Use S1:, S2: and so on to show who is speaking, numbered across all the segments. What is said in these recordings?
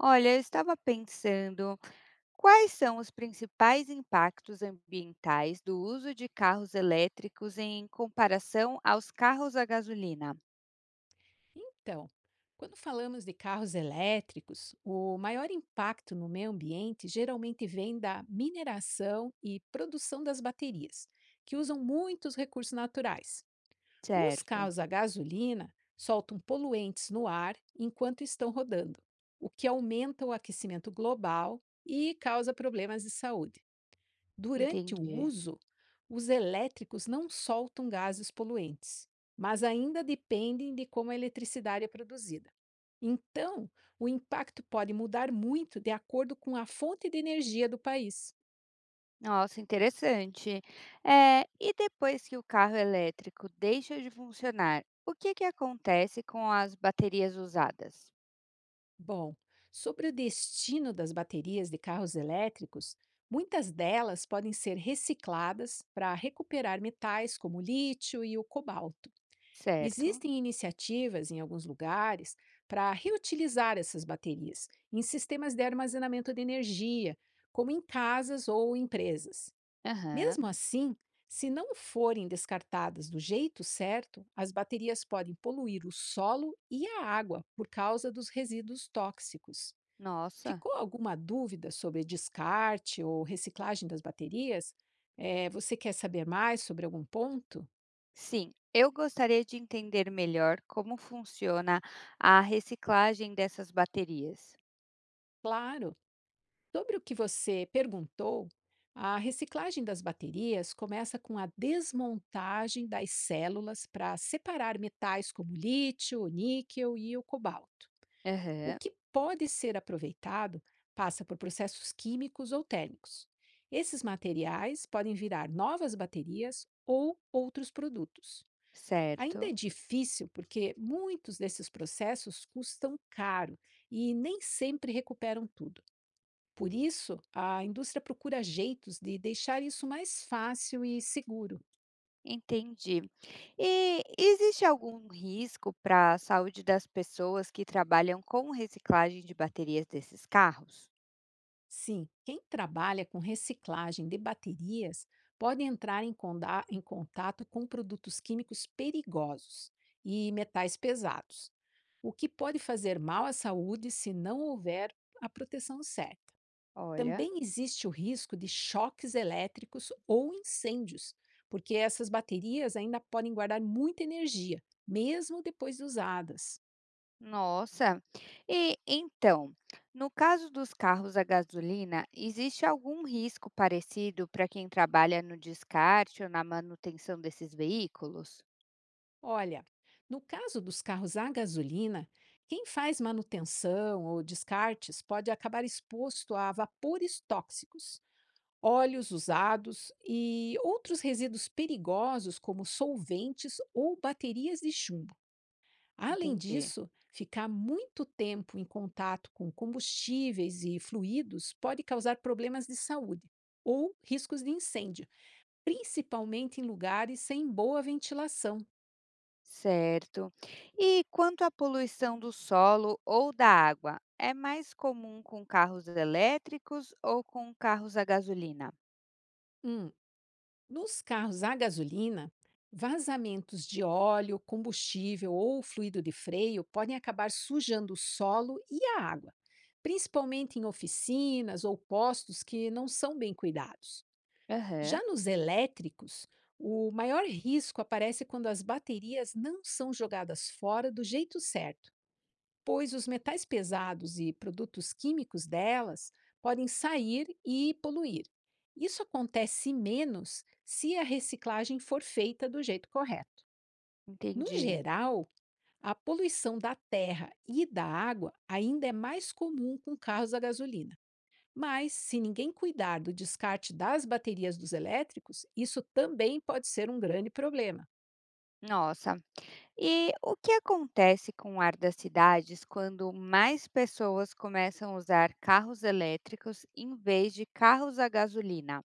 S1: Olha, eu estava pensando, quais são os principais impactos ambientais do uso de carros elétricos em comparação aos carros a gasolina?
S2: Então, quando falamos de carros elétricos, o maior impacto no meio ambiente geralmente vem da mineração e produção das baterias, que usam muitos recursos naturais. Os
S1: Certo,
S2: carros a gasolina soltam poluentes no ar enquanto estão rodando, o que aumenta o aquecimento global e causa problemas de saúde. Durante o
S1: entendi.
S2: uso, os elétricos não soltam gases poluentes, mas ainda dependem de como a eletricidade é produzida. Então, o impacto pode mudar muito de acordo com a fonte de energia do país.
S1: Nossa, interessante. É, e depois que o carro elétrico deixa de funcionar, o que acontece com as baterias usadas?
S2: Bom, sobre o destino das baterias de carros elétricos, muitas delas podem ser recicladas para recuperar metais como o lítio e o cobalto.
S1: Certo.
S2: Existem iniciativas em alguns lugares para reutilizar essas baterias em sistemas de armazenamento de energia, como em casas ou empresas.
S1: Aham.
S2: Mesmo assim, se não forem descartadas do jeito certo, as baterias podem poluir o solo e a água por causa dos resíduos tóxicos.
S1: Nossa.
S2: Ficou alguma dúvida sobre descarte ou reciclagem das baterias? Você quer saber mais sobre algum ponto?
S1: Sim, eu gostaria de entender melhor como funciona a reciclagem dessas baterias.
S2: Claro! Sobre o que você perguntou, a reciclagem das baterias começa com a desmontagem das células para separar metais como lítio, o níquel e o cobalto. O
S1: Aham.
S2: que pode ser aproveitado passa por processos químicos ou térmicos. Esses materiais podem virar novas baterias ou outros produtos. Ainda é
S1: Certo,
S2: difícil porque muitos desses processos custam caro e nem sempre recuperam tudo. Por isso, a indústria procura jeitos de deixar isso mais fácil e seguro.
S1: entendi. E existe algum risco para a saúde das pessoas que trabalham com reciclagem de baterias desses carros?
S2: Sim, quem trabalha com reciclagem de baterias pode entrar em contato com produtos químicos perigosos e metais pesados, o que pode fazer mal à saúde se não houver a proteção certa.
S1: Olha,
S2: Também existe o risco de choques elétricos ou incêndios, porque essas baterias ainda podem guardar muita energia, mesmo depois de usadas.
S1: nossa. E então, no caso dos carros a gasolina, existe algum risco parecido para quem trabalha no descarte ou na manutenção desses veículos?
S2: Olha, no caso dos carros a gasolina, quem faz manutenção ou descartes pode acabar exposto a vapores tóxicos, óleos usados e outros resíduos perigosos, como solventes ou baterias de chumbo. Além
S1: Entendi,
S2: disso, ficar muito tempo em contato com combustíveis e fluidos pode causar problemas de saúde ou riscos de incêndio, principalmente em lugares sem boa ventilação.
S1: certo. E quanto à poluição do solo ou da água, é mais comum com carros elétricos ou com carros a gasolina?
S2: Hum, Nos carros a gasolina, vazamentos de óleo, combustível ou fluido de freio podem acabar sujando o solo e a água, principalmente em oficinas ou postos que não são bem cuidados.
S1: Aham,
S2: Já nos elétricos, o maior risco aparece quando as baterias não são jogadas fora do jeito certo, pois os metais pesados e produtos químicos delas podem sair e poluir. Isso acontece menos se a reciclagem for feita do jeito correto. No
S1: entendi.
S2: geral, a poluição da terra e da água ainda é mais comum com carros a gasolina. Mas, se ninguém cuidar do descarte das baterias dos elétricos, isso também pode ser um grande problema.
S1: Nossa. E o que acontece com o ar das cidades quando mais pessoas começam a usar carros elétricos em vez de carros a gasolina?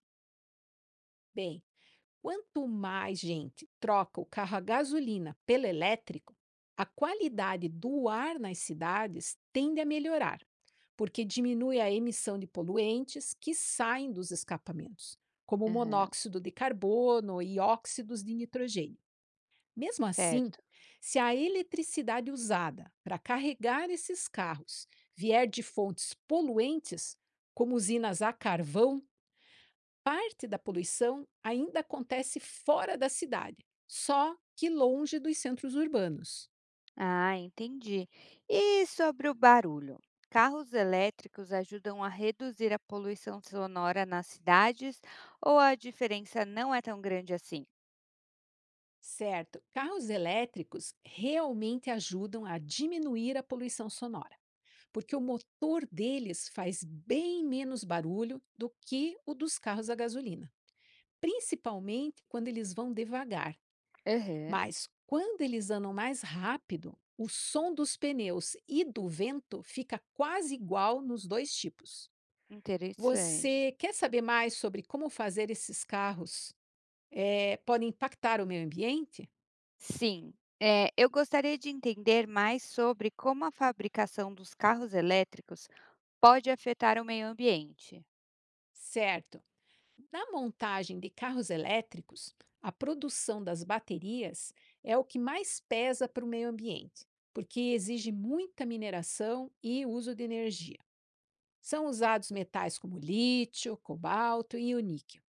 S2: Bem, quanto mais gente troca o carro a gasolina pelo elétrico, a qualidade do ar nas cidades tende a melhorar, porque diminui a emissão de poluentes que saem dos escapamentos, como o
S1: Aham,
S2: monóxido de carbono e óxidos de nitrogênio. Mesmo assim,
S1: certo.
S2: se a eletricidade usada para carregar esses carros vier de fontes poluentes, como usinas a carvão, parte da poluição ainda acontece fora da cidade, só que longe dos centros urbanos.
S1: Ah, entendi. E sobre o barulho? Carros elétricos ajudam a reduzir a poluição sonora nas cidades ou a diferença não é tão grande assim?
S2: Certo, carros elétricos realmente ajudam a diminuir a poluição sonora, porque o motor deles faz bem menos barulho do que o dos carros a gasolina, principalmente quando eles vão devagar.
S1: Uhum.
S2: Mas quando eles andam mais rápido, o som dos pneus e do vento fica quase igual nos dois tipos.
S1: Interessante.
S2: Você quer saber mais sobre como fazer esses carros podem impactar o meio ambiente?
S1: Sim, é, eu gostaria de entender mais sobre como a fabricação dos carros elétricos pode afetar o meio ambiente.
S2: Certo. Na montagem de carros elétricos, a produção das baterias é o que mais pesa para o meio ambiente, porque exige muita mineração e uso de energia. São usados metais como lítio, cobalto e o níquel,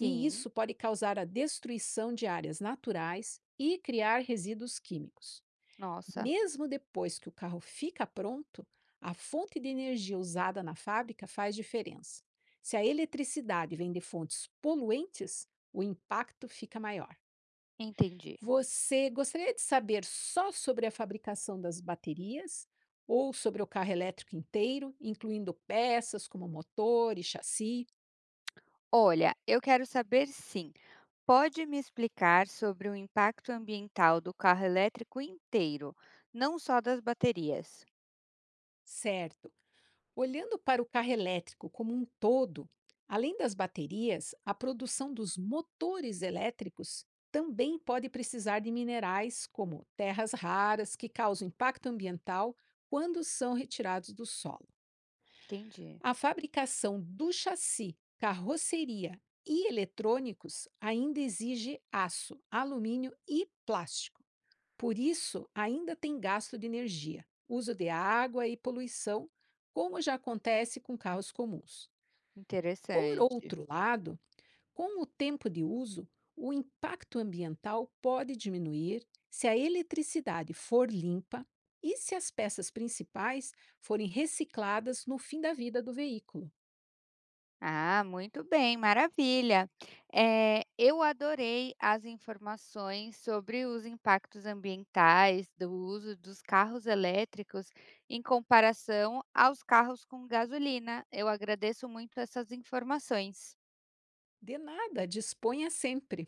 S2: e isso pode causar a destruição de áreas naturais e criar resíduos químicos.
S1: nossa,
S2: Mesmo depois que o carro fica pronto, a fonte de energia usada na fábrica faz diferença. Se a eletricidade vem de fontes poluentes, o impacto fica maior.
S1: entendi.
S2: Você gostaria de saber só sobre a fabricação das baterias ou sobre o carro elétrico inteiro, incluindo peças como motor e chassi?
S1: Olha, eu quero saber sim. Pode me explicar sobre o impacto ambiental do carro elétrico inteiro, não só das baterias?
S2: Certo. Olhando para o carro elétrico como um todo, além das baterias, a produção dos motores elétricos também pode precisar de minerais como terras raras que causam impacto ambiental quando são retirados do solo.
S1: Entendi.
S2: A fabricação do chassi, carroceria e eletrônicos ainda exige aço, alumínio e plástico. Por isso, ainda tem gasto de energia, uso de água e poluição, como já acontece com carros comuns. Por
S1: Interessante.
S2: outro lado, com o tempo de uso, o impacto ambiental pode diminuir se a eletricidade for limpa e se as peças principais forem recicladas no fim da vida do veículo.
S1: Ah, muito bem, maravilha. Eu adorei as informações sobre os impactos ambientais do uso dos carros elétricos em comparação aos carros com gasolina. Eu agradeço muito essas informações.
S2: De nada, disponha sempre.